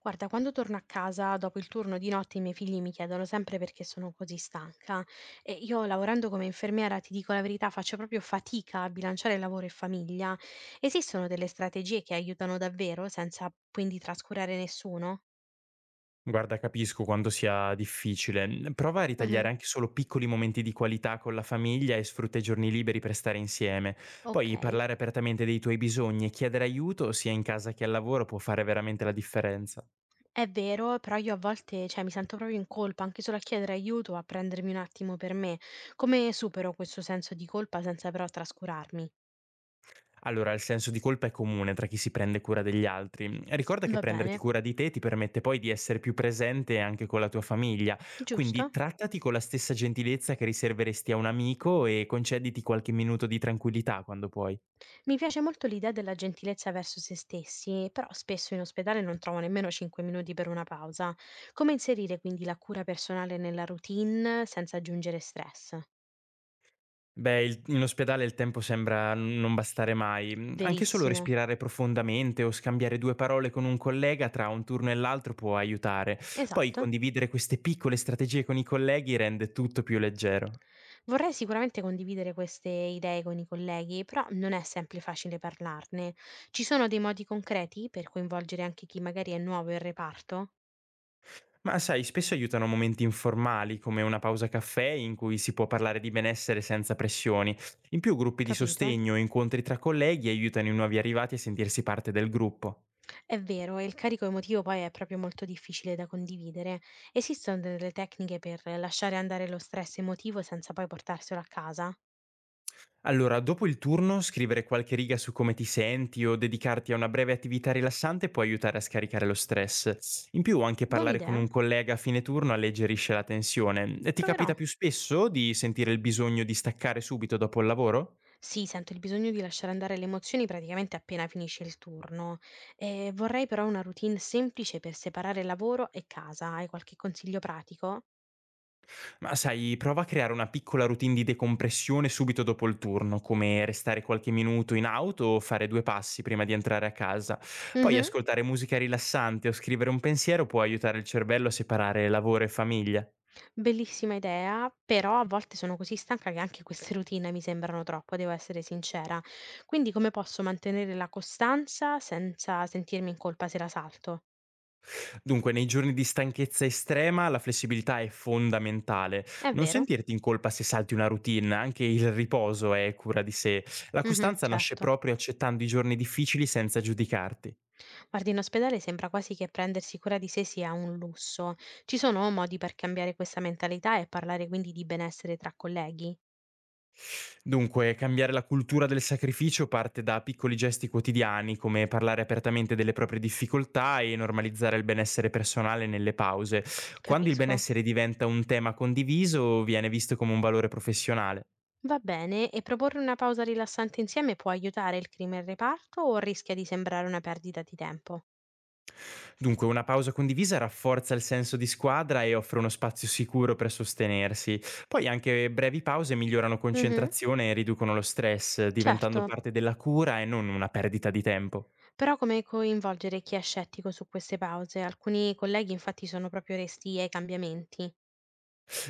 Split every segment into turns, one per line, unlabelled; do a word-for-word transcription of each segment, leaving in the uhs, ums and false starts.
Guarda, quando torno a casa dopo il turno di notte i miei figli mi chiedono sempre perché sono così stanca e io lavorando come infermiera, ti dico la verità, faccio proprio fatica a bilanciare lavoro e famiglia. Esistono delle strategie che aiutano davvero senza quindi trascurare nessuno?
Guarda, capisco quanto sia difficile. N- Prova a
Mhm.
ritagliare anche solo piccoli momenti di qualità con la famiglia e sfrutta i giorni liberi per stare insieme. Poi
Ok.
parlare apertamente dei tuoi bisogni e chiedere aiuto sia in casa che al lavoro può fare veramente la differenza.
È vero, però io a volte, cioè, mi sento proprio in colpa, anche solo a chiedere aiuto, a prendermi un attimo per me. Come supero questo senso di colpa senza però trascurarmi?
Allora, il senso di colpa è comune tra chi si prende cura degli altri. Ricorda che
Va
prenderti
bene,
cura di te ti permette poi di essere più presente anche con la tua famiglia, quindi
giusto?
trattati con la stessa gentilezza che riserveresti a un amico e concediti qualche minuto di tranquillità quando puoi.
Mi piace molto l'idea della gentilezza verso se stessi, però spesso in ospedale non trovo nemmeno cinque minuti per una pausa. Come inserire quindi la cura personale nella routine senza aggiungere stress?
Beh, il in ospedale il tempo sembra n non bastare mai. Mhmm, anche solo
Verissimo.
respirare profondamente o scambiare due parole con un collega tra un turno e l'altro può aiutare. Poi
Esatto.
condividere queste piccole strategie con i colleghi rende tutto più leggero.
Vorrei sicuramente condividere queste idee con i colleghi, però non è sempre facile parlarne. Ci sono dei modi concreti per coinvolgere anche chi magari è nuovo in reparto?
Ma sai, spesso aiutano momenti informali, come una pausa caffè in cui si può parlare di benessere senza pressioni. In più, gruppi di
Capito?
sostegno o incontri tra colleghi aiutano i nuovi arrivati a sentirsi parte del gruppo.
È vero, e il carico emotivo poi è proprio molto difficile da condividere. Esistono delle tecniche per lasciare andare lo stress emotivo senza poi portarselo a casa?
Allora, dopo il turno, scrivere qualche riga su come ti senti o dedicarti a una breve attività rilassante può aiutare a scaricare lo stress. In più, anche
Buona
parlare con
idea?
un collega a fine turno alleggerisce la tensione. E ti
Proverò.
capita più spesso di sentire il bisogno di staccare subito dopo il lavoro?
Sì, sento il bisogno di lasciare andare le emozioni praticamente appena finisce il turno. E vorrei però una routine semplice per separare lavoro e casa. Hai qualche consiglio pratico?
Ma sai, prova a creare una piccola routine di decompressione subito dopo il turno, come restare qualche minuto in auto o fare due passi prima di entrare a casa. Poi
Mhm.
ascoltare musica rilassante o scrivere un pensiero può aiutare il cervello a separare lavoro e famiglia.
Bellissima idea, però a volte sono così stanca che anche queste routine mi sembrano troppo, devo essere sincera. Quindi come posso mantenere la costanza senza sentirmi in colpa se la salto?
Dunque, nei giorni di stanchezza estrema la flessibilità è fondamentale.
È
Non
vero?
sentirti in colpa se salti una routine, anche il riposo è cura di sé. La
Mhm,
costanza nasce
certo.
proprio accettando i giorni difficili senza giudicarti.
Guarda, in ospedale sembra quasi che prendersi cura di sé sia un lusso. Ci sono modi per cambiare questa mentalità e parlare quindi di benessere tra colleghi?
Dunque, cambiare la cultura del sacrificio parte da piccoli gesti quotidiani, come parlare apertamente delle proprie difficoltà e normalizzare il benessere personale nelle pause. Quando il
Capisco.
benessere diventa un tema condiviso, viene visto come un valore professionale.
Va bene, e proporre una pausa rilassante insieme può aiutare il clima in reparto o rischia di sembrare una perdita di tempo?
Dunque, una pausa condivisa rafforza il senso di squadra e offre uno spazio sicuro per sostenersi. Poi anche brevi pause migliorano
Mhm.
concentrazione e riducono lo stress,
Certo,
diventando parte della cura e non una perdita di tempo.
però come coinvolgere chi è scettico su queste pause? Alcuni colleghi infatti sono proprio resti ai cambiamenti.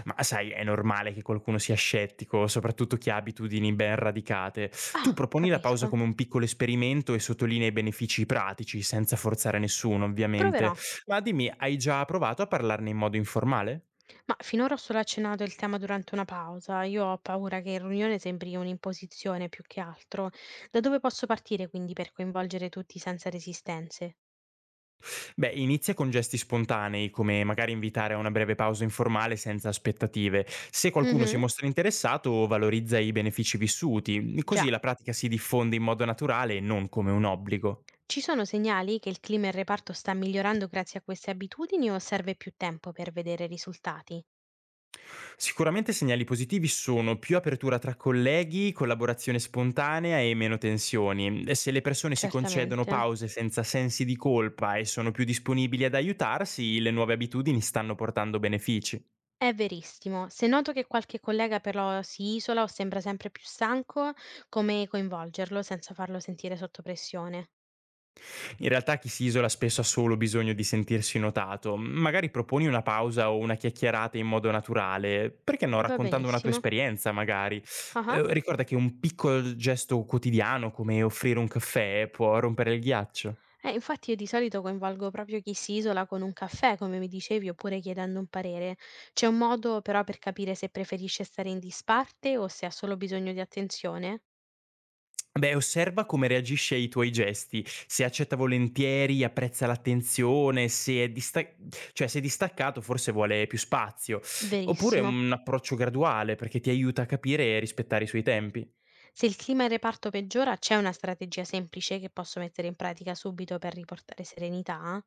Ma sai, è normale che qualcuno sia scettico, soprattutto chi ha abitudini ben radicate. Tu
Ah,
proponi la pausa
capisco.
come un piccolo esperimento e sottolinea i benefici pratici, senza forzare nessuno, ovviamente.
Proverò.
Ma dimmi, hai già provato a parlarne in modo informale?
Ma finora ho solo accennato il tema durante una pausa. Io ho paura che in riunione sembri un'imposizione più che altro. Da dove posso partire quindi per coinvolgere tutti senza resistenze?
Beh, inizia con gesti spontanei, come magari invitare a una breve pausa informale senza aspettative. Se qualcuno si
Mhm.
mostra interessato, valorizza i benefici vissuti, così
Già.
la pratica si diffonde in modo naturale e non come un obbligo.
Ci sono segnali che il clima in reparto sta migliorando grazie a queste abitudini o serve più tempo per vedere risultati?
Sicuramente segnali positivi sono più apertura tra colleghi, collaborazione spontanea e meno tensioni. E se le persone si concedono
Certamente.
pause senza sensi di colpa e sono più disponibili ad aiutarsi, le nuove abitudini stanno portando benefici.
È verissimo. Se noto che qualche collega però si isola o sembra sempre più stanco, come coinvolgerlo senza farlo sentire sotto pressione?
In realtà chi si isola spesso ha solo bisogno di sentirsi notato. Magari proponi una pausa o una chiacchierata in modo naturale, perché no,
Va
raccontando una tua
benissimo.
esperienza magari.
Ah ah.
Ehm, ricorda che un piccolo gesto quotidiano come offrire un caffè può rompere il ghiaccio.
Eh, infatti io di solito coinvolgo proprio chi si isola con un caffè, come mi dicevi, oppure chiedendo un parere. C'è un modo però per capire se preferisce stare in disparte o se ha solo bisogno di attenzione?
Beh, osserva come reagisce ai tuoi gesti, se accetta volentieri, apprezza l'attenzione, se è dista cioè se è distaccato forse vuole più spazio. Oppure
Verissimo.
un approccio graduale perché ti aiuta a capire e rispettare i suoi tempi.
Se il clima in reparto peggiora, c'è una strategia semplice che posso mettere in pratica subito per riportare serenità?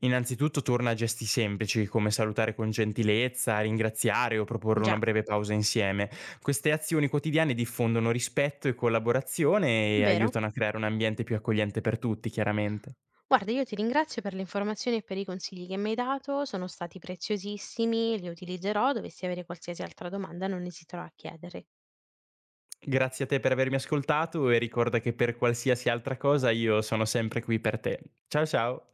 Innanzitutto torna a gesti semplici, come salutare con gentilezza, ringraziare o proporre una
Già,
breve pausa insieme. Queste azioni quotidiane diffondono rispetto e collaborazione e
vero?
aiutano a creare un ambiente più accogliente per tutti, chiaramente.
Guarda, io ti ringrazio per le informazioni e per i consigli che mi hai dato, sono stati preziosissimi, li utilizzerò. Dovessi avere qualsiasi altra domanda, non esiterò a chiedere.
Grazie a te per avermi ascoltato e ricorda che per qualsiasi altra cosa io sono sempre qui per te. Ciao ciao!